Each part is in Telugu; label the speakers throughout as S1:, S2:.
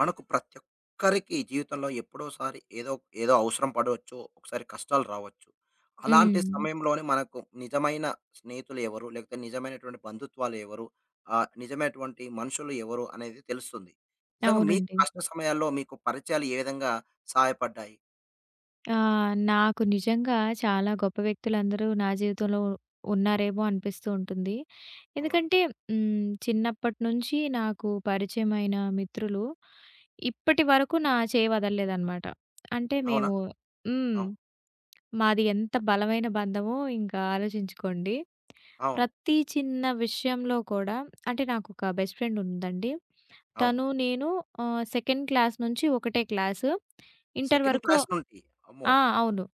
S1: మనకు ప్రతి ఒక్కరికి జీవితంలో ఎప్పుడోసారి ఏదో ఏదో అవసరం పడవచ్చు. ఒకసారి కష్టాలు రావచ్చు. అలాంటి
S2: హ్మ్.
S1: సమయంలోనే మనకు నిజమైన స్నేహితులు ఎవరు? లేకపోతే నిజమైనటువంటి బంధుత్వాలు ఎవరు? నిజమైనటువంటి మనుషులు ఎవరు అనేది తెలుస్తుంది. నిజంగా మీ
S2: అవునండి.
S1: కష్ట సమయాల్లో మీకు పరిచయాలు ఏ విధంగా సహాయపడ్డాయి?
S2: నాకు నిజంగా చాలా గొప్ప వ్యక్తులందరూ నా జీవితంలో ఉన్నారేమో అనిపిస్తూ ఉంటుంది.
S1: అవునండి.
S2: ఎందుకంటే చిన్నప్పటి నుంచి నాకు పరిచయమైన మిత్రులు ఇప్పటి వరకు నా చేయి వదలలేదనమాట. అంటే
S1: అవునా?
S2: మేము హ్మ్.
S1: అవును.
S2: మాది ఎంత బలమైన బంధమో ఇంకా ఆలోచించుకోండి.
S1: అవును.
S2: ప్రతి చిన్న విషయంలో కూడా అంటే నాకొక బెస్ట్ ఫ్రెండ్ ఉందండి.
S1: అవును.
S2: తను, నేను సెకండ్ క్లాస్ నుంచి ఒకటే క్లాసు. ఇంటర్
S1: సెకండ్
S2: వరకు.
S1: క్లాస్ నుండి. అమ్మో!
S2: ఆ! అవును.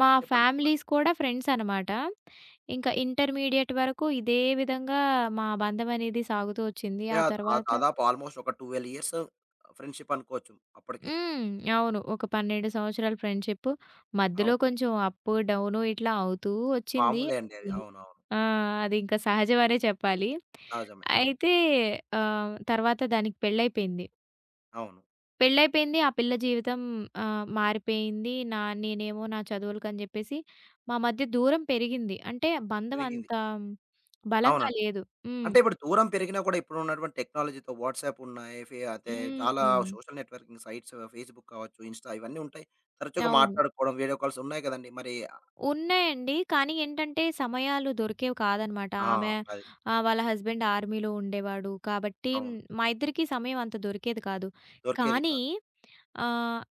S2: మా
S1: చెప్పండి, చెప్పండి.
S2: ఫ్యామిలీస్ కూడా ఫ్రెండ్స్ అనమాట. ఇంకా ఇంటర్మీడియేట్ వరకు ఇదే విధంగా మా బంధం అనేది సాగుతూ వచ్చింది.
S1: అంటే
S2: ఆ
S1: ఆ ఆ
S2: తర్వాత
S1: దాదాపు ఆల్మోస్ట్ ఒక 12 ఇయర్స్ ఫ్రెండ్‌షిప్ అనుకోవచ్చు అప్పటికే.
S2: హ్మ్. అవును. ఒక 12 సంవత్సరాల ఫ్రెండ్‌షిప్. మధ్యలో
S1: అవును.
S2: కొంచెం అప్, డౌను ఇట్లా అవుతూ వచ్చింది.
S1: మామూలే అండి అది.
S2: హ్మ్.
S1: అవునవును.
S2: ఆ! అది ఇంకా సహజమనే చెప్పాలి.
S1: సహజమే. అవును.
S2: అయితే తర్వాత దానికి పెళ్లయిపోయింది.
S1: అవును.
S2: పెళ్లయిపోయింది. ఆ పిల్ల జీవితం మారిపోయింది. నేనేమో నా చదువులకని చెప్పేసి మా మధ్య దూరం పెరిగింది. అంటే బంధం అంత
S1: పెరిగింది.
S2: బలంగా
S1: అవునండి.
S2: లేదు. హ్మ్.
S1: అంటే ఇప్పుడు దూరం పెరిగినా కూడా ఇప్పుడు ఉన్నటువంటి టెక్నాలజీతో వాట్సాప్ ఉన్నాయి. అయితే చాలా
S2: హ్మ్.
S1: సోషల్ నెట్వర్కింగ్ సైట్స్, ఫేస్‌బుక్ కావచ్చు, ఇన్‌స్టా ఇవన్నీ ఉంటాయి. తరచుగా
S2: అవును.
S1: మాట్లాడుకోవడం, వీడియో కాల్స్ ఉన్నాయి కదండీ! మరి
S2: ఉన్నాయండి. కానీ ఏంటంటే, సమయాలు దొరికేవి కాదనమాట. ఆమె
S1: ఆ! అది.
S2: వాళ్ళ హస్బెండ్ ఆర్మీలో ఉండేవాడు. కాబట్టి
S1: అవును.
S2: మా ఇద్దరికీ సమయం అంత దొరికేది కాదు.
S1: దొరికేది
S2: కానీ
S1: కాదు.
S2: ఆహ్,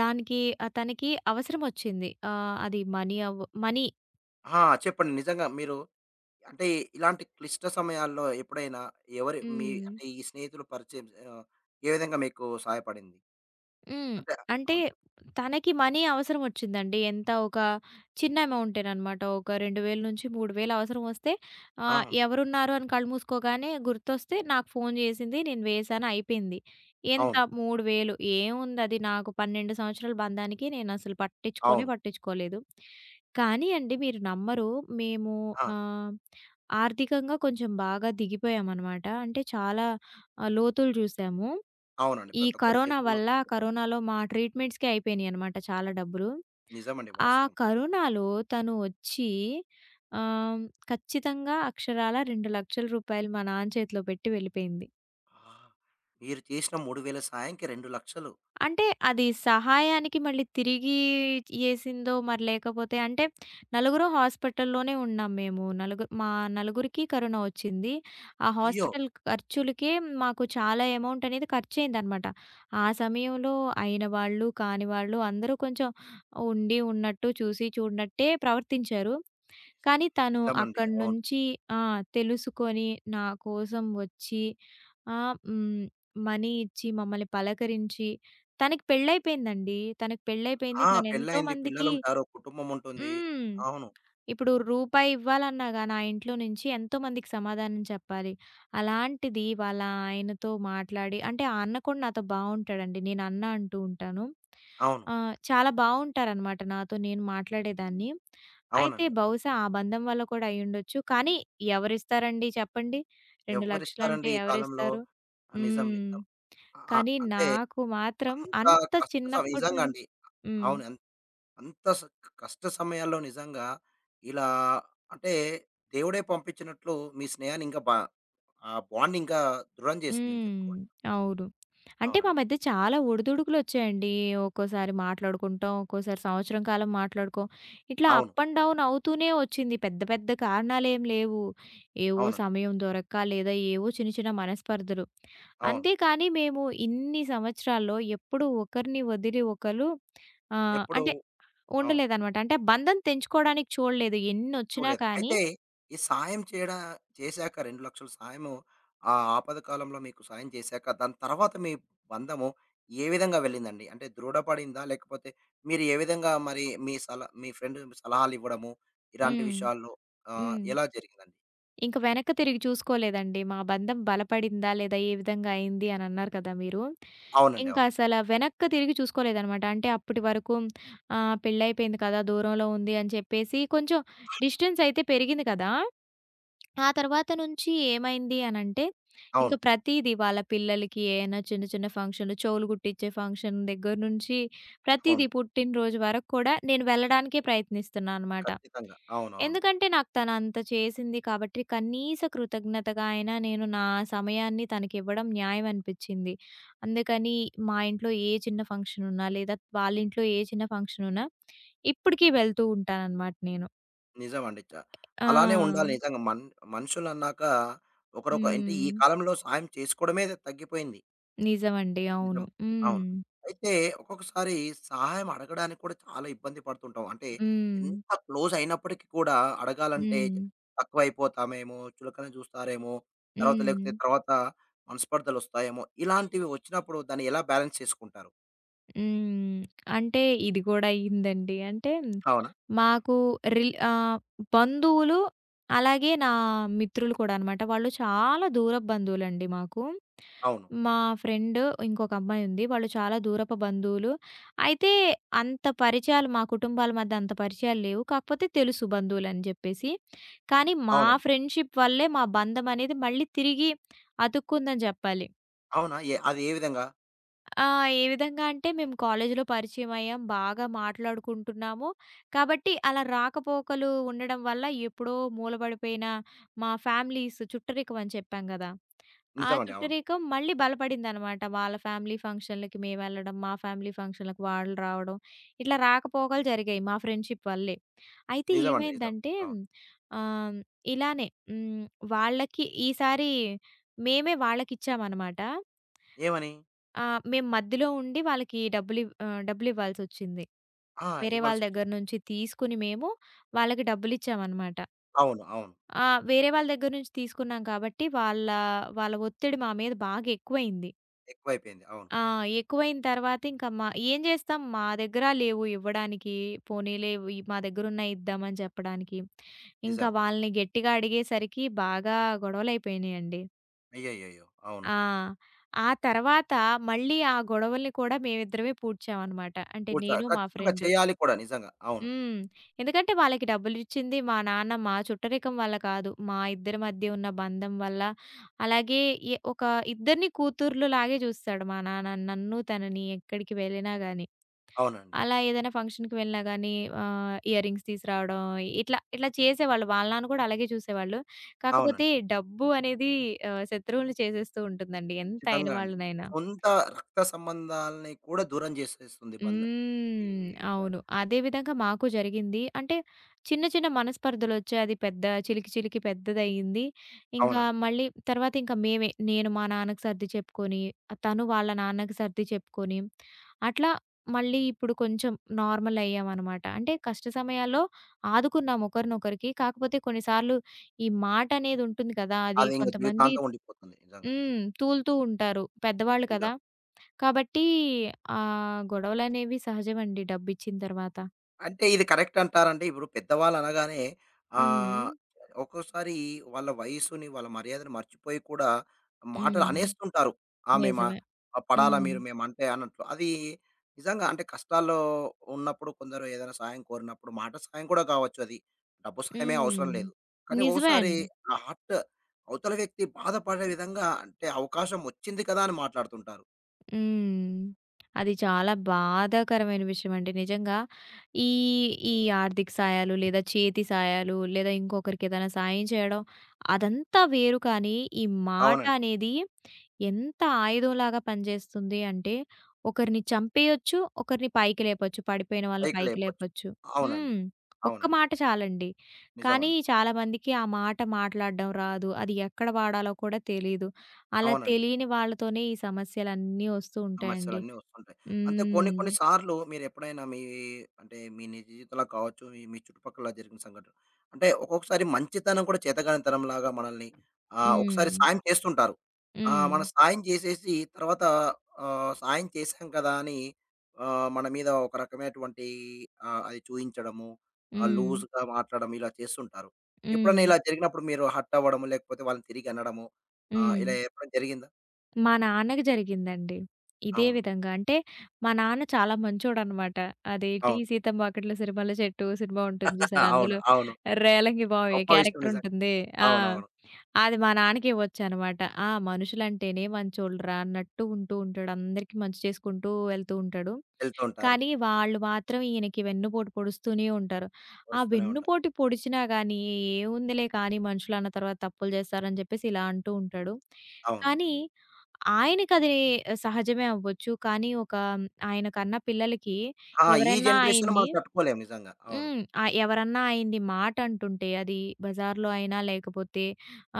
S2: దానికి తనకి అవసరమొచ్చింది. అది మనీ అవ్వ మనీ.
S1: ఆ! చెప్పండి, నిజంగా మీరు అంటే ఇలాంటి క్లిష్ట సమయాల్లో ఎప్పుడైనా ఎవరి మీ
S2: హ్మ్.
S1: అంటే ఈ స్నేహితులు పరిచయం ఆహ్, ఏ విధంగా మీకు సహాయపడింది?
S2: హ్మ్.
S1: అంటే
S2: అంటే
S1: అవును.
S2: తనకి మనీ అవసరమొచ్చిందండి. ఎంత ఒక చిన్న అమౌంటేననమాట. ఒక 2000-3000 అవసరమొస్తే
S1: అవును.
S2: ఎవరున్నారు అని కళ్ళు మూసుకోగానే గుర్తొస్తే నాకు ఫోను జేసింది. నేను వేశాను, అయిపోయింది. ఎంత
S1: అవును.
S2: 3000? ఏముందది? నాకు 12 సంవత్సరాల బంధానికి నేనసలు పట్టించుకోనే
S1: అవును.
S2: పట్టించుకోలేదు. కానీ అండి, మీరు నమ్మరు. మేము
S1: ఆ!
S2: ఆహ్, ఆర్థికంగా కొంచెం బాగా దిగిపోయామనమాట. అంటే చాలా లోతులు జూసాము.
S1: అవునండి.
S2: ఈ
S1: ప్రతి ఒక్కరి
S2: కరోనా
S1: జీవితంలో
S2: వల్ల, కరోనాలో మా ట్రీట్మెంట్స్‌కే అయిపోయినియనమాట చాలా డబ్బులు.
S1: నిజమండి
S2: ఆ
S1: వాస్తవం.
S2: కరోనాలో తను ఒచ్చి ఆహ్, ఖచ్చితంగా అక్షరాల రూ. 2,00,000 మా నాన్న చేతిలో పెట్టి వెళ్ళిపోయింది.
S1: ఆ! మీరు చేసిన 3000 సాయంకి 2,00,000.
S2: అంటే అది సహాయానికి మళ్ళీ తిరిగి ఏసిందో మరి లేకపోతే అంటే నలుగురం హాస్పిటల్‌లోనే ఉన్నాం మేము. నలుగురికి కరోనా వచ్చింది. ఆ
S1: అయ్యో!
S2: హాస్పిటల్ ఖర్చులకే మాకు చాలా అమౌంట్ అనేది ఖర్చయిందనమాట. ఆ సమయంలో అయిన వాళ్ళు, కాని వాళ్ళు అందరూ కొంచెం ఉండి ఉన్నట్టు, చూసి చూడనట్టే ప్రవర్తించారు. కానీ తను
S1: నిజమండి.
S2: అక్కడి
S1: అవును.
S2: నుంచి ఆ! తెలుసుకొని నా కోసం వచ్చి ఆహ్, హ్మ్. మనీ ఇచ్చి మమ్మల్ని పలకరించి. తనకి పెళ్లయిపోయిందండి. తనకి పెళ్లయిపోయింది.
S1: ఆ!
S2: తనెంతో
S1: పెళ్లయింది.
S2: మందికి
S1: పిల్లలుంటారు. కుటుంబం ఉంటుంది.
S2: హ్మ్.
S1: అవును.
S2: ఇప్పుడు రూపాయి ఇవ్వాలన్నా గాని ఆ ఇంట్లో నుంచి ఎంతో మందికి సమాధానం చెప్పాలి. అలాంటిది వాళ్ళ ఆయనతో మాట్లాడి, అంటే ఆ అన్న కూడా నాతో బావుంటాడండి. నేను అన్న అంటూ ఉంటాను.
S1: అవును.
S2: చాలా బావుంటారనమాట, నాతో నేను మాట్లాడేదాన్ని. అయితే
S1: అవునండి. అవును.
S2: బహుశా ఆ బంధం వల్ల కూడా అయ్యుండొచ్చు. కానీ ఎవరిస్తారండి, చెప్పండి? 2,00,000 అంటే
S1: ఎవ్వరిస్తారండి ఈ కాలంలో.
S2: ఎవరిస్తారు?
S1: ఆ! నిజం,
S2: హ్మ్.
S1: నిజం. అ
S2: కానీ
S1: అంటే
S2: నాకు మాత్రం
S1: అంత
S2: అంత
S1: కష్ట స
S2: చిన్నప్పటి
S1: నిజంగా
S2: నుంచి.
S1: అండి.
S2: హ్మ్.
S1: అవును. అన్ అంత స కష్ట సమయాల్లో నిజంగా ఇలా అంటే దేవుడే పంపించినట్లు మీ స్నేహాన్ని ఇంకా బా ఆ బాండ్ ఇంకా దృఢం చేసిందని
S2: హ్మ్.
S1: చెప్పుకోవాలి.
S2: అవును. అంటే మా
S1: అవునండి.
S2: మధ్య చాలా ఒడిదుడుకులొచ్చాయండి. ఒక్కోసారి మాట్లాడుకుంటాం, ఒక్కోసారి సంవత్సరం కాలం మాట్లాడుకోం. ఇట్లా
S1: అవును.
S2: అప్ అండ్ డౌన్ అవుతూనే వచ్చింది. పెద్ద పెద్ద కారణాలేం లేవు. ఏవో
S1: అవునండి.
S2: సమయం దొరక్క లేదా ఏవో చిన్న చిన్న మనస్పర్ధలు.
S1: అవును.
S2: అంతేకానీ మేము ఇన్ని సంవత్సరాల్లో ఎప్పుడూ ఒకరిని వదిలి ఒకళ్ళు
S1: ఎప్పుడు
S2: అంటే
S1: అవును.
S2: ఉండలేదనమాట. అంటే బంధం తెంచుకోవడానికి చూడలేదు, ఎన్నొచ్చినా
S1: చూడలేదు.
S2: కానీ.
S1: అయితే ఈ సాయం చేయడా చేశాక 2,00,000 సాయము ఆ ఆపద కాలంలో మీకు సాయం చేశాక, దాని తర్వాత మీ బంధము ఏ విధంగా వెళ్ళిందండి? అంటే దృఢపడిందా? లేకపోతే మీరు ఏ విధంగా మరి మీ ఫ్రెండ్ సలహాలివ్వడము, ఇలాంటి
S2: హ్మ్.
S1: విషయాల్లో
S2: హ్మ్.
S1: ఎలా జరిగిందండి?
S2: ఇంక వెనక్కి తిరిగి చూసుకోలేదండి. మా బంధం బలపడిందా? లేదా? ఏ విధంగా అయింది? అని అన్నారు కదా మీరు.
S1: అవునండి.
S2: ఇంకా
S1: అవును.
S2: అసల వెనక్కి తిరిగి చూసుకోలేదనమాట. అంటే అప్పటి వరకు పెళ్లయిపోయింది కదా! దూరంలో ఉంది అని చెప్పేసి కొంచెం డిస్టెన్స్ అయితే పెరిగింది కదా! ఆ తర్వాత నుంచి ఏమైంది అనంటే, ఇంక
S1: అవును.
S2: ప్రతీది వాళ్ళ పిల్లలకి ఏయైనా చిన్న చిన్న ఫంక్షన్‌లు, చెవులు కుట్టించే ఫంక్షన్ దగ్గర నుంచి ప్రతీదీ
S1: అవును.
S2: పుట్టినరోజు వరకు కూడా నేను వెళ్ళడానికే ప్రయత్నిస్తున్నా అనమాట.
S1: ఖచ్చితంగా. అవునవును.
S2: ఎందుకంటే నాకు తనంత చేసింది కాబట్టి కనీస కృతజ్ఞతగా అయినా నేను నా సమయాన్ని తనకివ్వడం న్యాయం అనిపిచ్చింది. అందుకని మా ఇంట్లో ఏ చిన్న ఫంక్షన్ ఉన్నా లేదా వాళ్ళింట్లో ఏ చిన్న ఫంక్షన్ ఉన్నా ఇప్పటికి వెళ్తూ ఉంటాననమాట నేను.
S1: నిజమండి. అలానే ఉండాలి
S2: ఆ!
S1: నిజంగా. మనుషులన్నాక అంటే ఈ
S2: హ్మ్.
S1: కాలంలో సాయం చేసుకోవడమే తగ్గిపోయింది.
S2: నిజమండి.
S1: నిజం.
S2: అవును. హ్మ్.
S1: అవును. అయితే ఒక్కొక్కసారి సహాయం అడగడానికి కూడా చాలా ఇబ్బంది పడుతుంటాం. అంటే
S2: హ్మ్.
S1: ఎంత క్లోజ్ అయినప్పటికి కూడా అడగాలంటే
S2: హ్మ్.
S1: తక్కువైపోతామేమో, చులకన చూస్తారేమో, తర్వాత
S2: హ్మ్.
S1: లేకపోతే తర్వాత మనస్పర్ధలొస్తాయేమో, ఇలాంటివి వచ్చినప్పుడు దాన్ని ఎలా బ్యాలెన్స్ చేసుకుంటారు?
S2: హ్మ్. అంటే ఇది గూడా అయిందండి. అంటే
S1: అవునా? ఆ!
S2: మాకు రిల్ ఆహ్, బంధువులు, అలాగే నా మిత్రులు కూడా అనమాట. వాళ్ళు చాలా దూరపు బంధువులండి మాకు.
S1: అవును.
S2: మా ఫ్రెండ్ ఇంకొక అమ్మాయి ఉంది. వాళ్ళు చాలా దూరపు బంధువులు. అయితే అంత పరిచయాలు మా కుటుంబాల మధ్య అంత పరిచయాలు లేవు. కాకపోతే తెలుసు బంధువులని జెప్పేసి. కానీ మా
S1: అవునండి.
S2: ఫ్రెండ్‌షిప్ వల్లే మా బంధం అనేది మళ్ళీ తిరిగి అతుక్కుందని జెప్పాలి.
S1: అవునా? అది ఏ విధంగా?
S2: ఆ! ఏ విధంగా అంటే మేము కాలేజీలో పరిచయమయ్యాం. బాగా మాట్లాడుకుంటున్నాము. కాబట్టి అలా రాకపోకలు ఉండడం వల్ల ఎప్పుడో మూలబడిపోయిన మా ఫ్యామిలీస్ చుట్టరికం అని చెప్పాం గదా! ఆ
S1: నిజమండి. అవును.
S2: చుట్టరికం మళ్ళీ బలపడిందనమాట. వాళ్ళ ఫ్యామిలీ ఫంక్షన్‌లకి మేమెళ్ళడం, మా ఫ్యామిలీ ఫంక్షన్‌లకి వాళ్ళు రావడం. ఇట్లా రాకపోకలు జరిగాయి మా ఫ్రెండ్‌షిప్ వల్లే. అయితే
S1: నిజమండి. నిజం.
S2: ఏమైందంటే
S1: అవును.
S2: ఆహ్, ఇలానే హ్మ్. వాళ్ళకి ఈసారి మేమే వాళ్ళకిచ్చామనమాట.
S1: ఏమని?
S2: ఆ! మేము మధ్యలో ఉండి వాళ్ళకి డబ్బులివ్వాల్సొచ్చింది.
S1: ఆ!
S2: వేరే వాళ్ళ
S1: ఇవ్వాల్సొచ్చింది.
S2: దగ్గర నుంచి తీసుకొని మేము వాళ్ళకి డబ్బులిచ్చామనమాట.
S1: అవును. అవును.
S2: వేరే వాళ్ళ దగ్గర నుంచి తీసుకున్నాం కాబట్టి వాళ్ళ వాళ్ళ ఒత్తిడి మా మీద బాగా ఎక్కువయింది.
S1: ఎక్కువైపోయింది. అవును.
S2: ఆ! ఎక్కువైన తర్వాత ఇంకా మా ఏం జేస్తాం, మా దగ్గర లేవు ఇవ్వడానికి. పోనీలే ఇవి మా దగ్గరున్నాయి ఇద్దామని చెప్పడానికి. ఇంకా
S1: నిజం.
S2: వాళ్ళని గట్టిగా అడిగేసరికి బాగా గొడవలయిపోయినియండి.
S1: అయ్యయ్యయ్యో! అవును.
S2: ఆ! ఆ తర్వాత మళ్ళీ ఆ గొడవల్ని కూడా మేమిద్దరమే పూడ్చామనమాట. అంటే నేను, మా
S1: ఖచ్చితంగా
S2: ఫ్రెండు.
S1: చేయాలి కూడా నిజంగా. అవును.
S2: హ్మ్. ఎందుకంటే వాళ్ళకి డబ్బులిచ్చింది మా నాన్న, మా చుట్టరికం వల్ల కాదు, మా ఇద్దరి మధ్య ఉన్న బంధం వల్ల. అలాగే ఒక ఇద్దరిని కూతుర్లులాగే చూస్తాడు మా నాన్న. నన్ను, తనని ఎక్కడికి వెళ్ళినా గాని,
S1: అవునండి.
S2: అలా ఏదైనా ఫంక్షన్‌కి వెళ్ళినా గానీ ఇయర్ రింగ్స్ తీసురావడం, ఇట్లా, ఇట్లా చేసేవాళ్ళు. వాళ్ళ నాన్న కూడా అలాగే చూసేవాళ్ళు. కాకపోతే
S1: అవునండి.
S2: డబ్బు అనేది శత్రువుల్ని చేసేస్తూ ఉంటుందండి, ఎంత అయిన
S1: ఖచ్చితంగా అండి.
S2: వాళ్ళనైనా.
S1: సొంత రక్త సంబంధాలని కూడా దూరం చేసేస్తుంది
S2: హ్మ్.
S1: ఈ విషయం.
S2: అవును. అదే విధంగా మాకు జరిగింది. అంటే చిన్న, చిన్న మనస్పర్ధలొచ్చాయి. అది పెద్ద, చిలికి, చిలికి పెద్దదయింది. ఇంకా
S1: అవునండి.
S2: మళ్ళీ తర్వాత ఇంకా మేమే, నేను మా నాన్నకి సర్ది చెప్పుకొని, తను వాళ్ళ నాన్నకి సర్ది చెప్పుకొని, అట్లా మళ్ళీ ఇప్పుడు కొంచెం నార్మలయ్యామనమాట. అంటే కష్ట సమయాల్లో ఆదుకున్నాం ఒకరినొకరికి. కాకపోతే కొన్నిసార్లు ఈ మాటనేదుంటుంది కదా! అది
S1: అది ఇంక
S2: కొంతమంది
S1: జీవితాంతం ఉండిపోతుంది, నిజంగా.
S2: హ్మ్. తూలుతూ ఉంటారు. పెద్దవాళ్ళు కదా!
S1: నిజంగా.
S2: కాబట్టి గొడవలనేవి సహజమండి డబ్బిచ్చిన తర్వాత.
S1: అంటే ఇది కరెక్ట్ అంటారంటే ఇప్పుడు పెద్దవాళ్ళు అనగానే
S2: హ్మ్.
S1: ఆహ్, ఒక్కోసారి వాళ్ళ వయసుని, వాళ్ళ మర్యాదను మర్చిపోయి కూడా మాటలు
S2: హ్మ్.
S1: అనేస్తుంటారు. ఆ! మేమా
S2: నిజమే.
S1: పడాలా
S2: హ్మ్.
S1: మీరు మేమంటే అన్నట్లు. అది నిజంగా అంటే కష్టాల్లో ఉన్నప్పుడు కొందరు ఏదైనా సహాయం కోరినప్పుడు మాట సహాయం కూడా కావచ్చు అది. డబ్బు సహాయమే అవసరం
S2: హ్మ్.
S1: లేదు. కానీ
S2: నిజమే
S1: ఒక్కోసారి
S2: అండి.
S1: ఆ హార్ట్ అవతల వ్యక్తి బాధపడే విధంగా అంటే అవకాశం వచ్చింది కదా అని మాట్లాడుతుంటారు.
S2: హ్మ్. అది చాలా బాధాకరమైన విషయం అండి. నిజంగా ఈ, ఈ ఆర్థిక సాయాలు లేదా చేతి సాయాలు లేదా ఇంకొకరికేదైనా సాయం చేయడం అదంతా వేరు, కానీ ఈ మాట
S1: అవునండి.
S2: అనేది ఎంత ఆయుధంలాగా పనిచేస్తుంది అంటే, ఒకరిని చంపేయొచ్చు, ఒకరిని పైకి లేపొచ్చు, పడిపోయిన వాళ్ళని
S1: పైకి
S2: పైకి
S1: లేపొచ్చు.
S2: లేపొచ్చు.
S1: అవునండి.
S2: హ్మ్. ఒక్క
S1: అవునండి.
S2: మాట చాలండి. కానీ
S1: నిజమండి.
S2: చాలామందికి ఆ మాట మాట్లాడడం రాదు. అది ఎక్కడ వాడాలో కూడా తెలీదు. అలా
S1: అవునండి.
S2: తెలియని వాళ్ళతోనే ఈ సమస్యలన్నీ వస్తూ ఉంటాయండి.
S1: సమస్యలన్నీ వస్తుంటాయి. అంతే, కొన్ని
S2: హ్మ్.
S1: కొన్ని సార్లు మీరెప్పుడైనా మీ అంటే మీ నిజ జీవితంలో కావచ్చు, మీ మీ చుట్టుపక్కల జరిగిన సంఘటన, అంటే ఒక్కొక్కసారి మంచితనం కూడా చేతగానితనంలాగా మనల్ని
S2: హ్మ్.
S1: ఒకసారి సాయం చేస్తుంటారు.
S2: హ్మ్.
S1: మనం సాయం చేసేసి తర్వాత సాయం చేశాం కదా అని మన మీద ఒక రకమైనటువంటి అది చూయించడము,
S2: హ్మ్.
S1: లూజ్‌గా మాట్లాడడం ఇలా చేస్తుంటారు. ఎప్పుడైనా
S2: హ్మ్.
S1: ఇలా జరిగినప్పుడు మీరు హర్ట్ అవ్వడము, లేకపోతే వాళ్ళని తిరిగి అనడము,
S2: హ్మ్.
S1: ఇలా ఎప్పుడైనా జరిగిందా?
S2: మా నాన్నకి జరిగిందండి. ఇదే
S1: అవును.
S2: విధంగా. అంటే మా నాన్న చాలా మంచోడనమాట. అదేటి
S1: అవును.
S2: 'సీతంబాపట్ల సిరిమల్ల చెట్టు' సినిమా ఉంటుంది, చూసారా?
S1: అవును,
S2: అందులో
S1: అవును.
S2: రేలంగి బావి
S1: గొప్ప విషయం
S2: క్యారెక్టర్
S1: నిజంగా.
S2: ఉంటుంది. ఆ!
S1: అవునవును.
S2: అది మా నాన్నకి ఇవ్వొచ్చనమాట. ఆ! మనుషులంటేనే మంచోళ్ళురా అన్నట్టు ఉంటూ ఉంటాడు. అందరికీ మంచి చేసుకుంటూ వెళ్తూ ఉంటాడు.
S1: వెళ్తూ ఉంటారు.
S2: కానీ వాళ్ళు మాత్రం ఈయనకి వెన్నుపోటు పొడుస్తూనే ఉంటారు. ఆ
S1: వరుస్తూనే ఉంటారు.
S2: వెన్నుపోటు పొడిచినా గానీ, "ఏముందిలే, కానీ మనుషులన్న తర్వాత తప్పులు చేస్తారని" చెప్పేసి ఇలా అంటూ ఉంటాడు.
S1: అవును.
S2: కానీ ఆయనకది సహజమే అవ్వచ్చు. కానీ ఒక ఆయన కన్నా పిల్లలకి
S1: ఆ! ఈ
S2: ఎవరైనా
S1: జనరేషన్
S2: ఆయన్ని
S1: మనం తట్టుకోలేము నిజంగా. అవును.
S2: హ్మ్. ఎవరన్నా ఆయన్ని మాట అంటుంటే అది బజార్‌లో అయినా లేకపోతే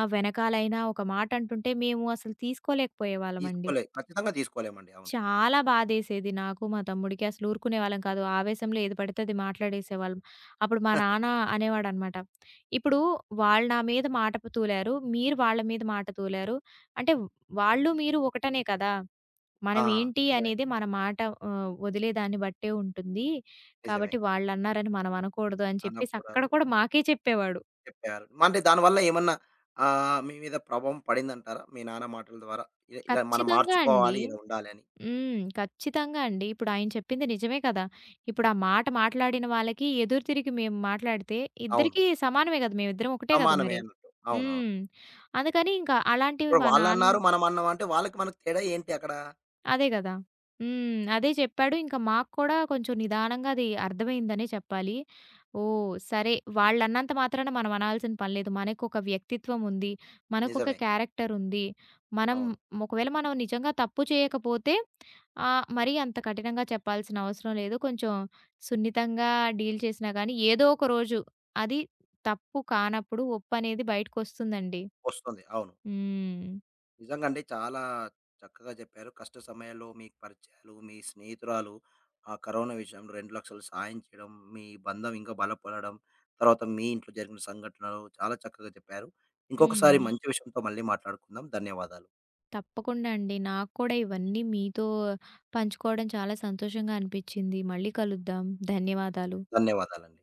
S2: వెనకాలైనా ఒక మాట అంటుంటే మేము అసలు తీసుకోలేకపోయేవాళ్ళమండి.
S1: ఖచ్చితంగా తీసుకోలేమండి. అవును.
S2: చాలా బాధేసేది నాకు, మా తమ్ముడికి. అసలు ఊరుకునేవాళ్ళం కాదు. ఆవేశంలో ఏది పడితే అది మాట్లాడేసేవాళ్ళం. అప్పుడు మా నాన్న అనేవాడనమాట, "ఇప్పుడు వాళ్ళు నా మీద మాట తూలారు. మీరు వాళ్ళ మీద మాట తూలారు. అంటే వాళ్ళు, మీరు ఒకటనే కదా!
S1: ఆ!
S2: మనం ఏంటి
S1: నిజమే,
S2: అనేది మన మాట వదిలేదాన్ని బట్టే ఉంటుంది.
S1: నిజమే.
S2: కాబట్టి వాళ్ళన్నారని మనం అనకూడదు" అని చెప్పేసి అక్కడ
S1: అనకూడదు.
S2: కూడా మాకే చెప్పేవాడు.
S1: చెప్పారు. అంటే దానివల్ల ఏమన్నా మీ మీద ప్రభావం పడిందంటారా? మీ నాన్న మాటల ద్వారా? ఇలా మనం
S2: ఖచ్చితంగా అండి.
S1: మార్చుకోవాలి, ఇలా ఉండాలి అని.
S2: హ్మ్. ఖచ్చితంగా అండి. ఇప్పుడు ఆయన చెప్పింది నిజమే కదా! ఇప్పుడు ఆ మాట మాట్లాడిన వాళ్ళకి ఎదురు తిరిగి మేము మాట్లాడితే
S1: అవును.
S2: ఇద్దరికీ సమానమే గదా! మేమిద్దరం ఒకటే గదా
S1: సమానమే
S2: మరి.
S1: అన్నట్టు. అవునవును.
S2: హ్మ్. అందుకని ఇంకా అలాంటివి
S1: ఇప్పుడు
S2: మా నాన్న
S1: వాళ్ళన్నారు, మనమన్నాం అంటే వాళ్ళకి మనకి తేడా ఏంటి అక్కడ?
S2: అదే గదా! హ్మ్. అదే చెప్పాడు. ఇంకా మాకు కూడా కొంచెం నిదానంగా అది అర్థమైందనే చెప్పాలి. ఓహ్! సరే, వాళ్ళన్నంత మాత్రాన మనం అనాల్సిన పని లేదు. మనకొక వ్యక్తిత్వం ఉంది. మనకొక
S1: నిజమే.
S2: క్యారెక్టర్ ఉంది. మనం
S1: అవును.
S2: ఒకవేళ మనం నిజంగా తప్పు చేయకపోతే ఆ! మరీ అంత కఠినంగా చెప్పాల్సిన అవసరం లేదు. కొంచెం సున్నితంగా డీల్ చేసినా గానీ, ఏదో ఒక రోజు అది తప్పు కానప్పుడు ఒప్పనేది బయటకొస్తుందండి.
S1: వస్తుంది. అవును.
S2: హ్మ్.
S1: నిజంగా అండి. చాలా చక్కగా చెప్పారు. కష్ట సమయాల్లో మీ పరిచయాలు, మీ స్నేహితురాలు ఆ కరోనా విషయంలో 2,00,000 సాయం చేయడం, మీ బంధం ఇంకా బలపడడం, తర్వాత మీ ఇంట్లో జరిగిన సంఘటనలు చాలా చక్కగా చెప్పారు.
S2: హ్మ్.
S1: ఇంకొకసారి మంచి విషయంతో మళ్ళీ మాట్లాడుకుందాం. ధన్యవాదాలు.
S2: తప్పకుండా అండి. నాకు కూడా ఇవన్నీ మీతో పంచుకోవడం చాలా సంతోషంగా అనిపిచ్చింది. మళ్ళీ కలుద్దాం. ధన్యవాదాలు.
S1: ధన్యవాదాలండి.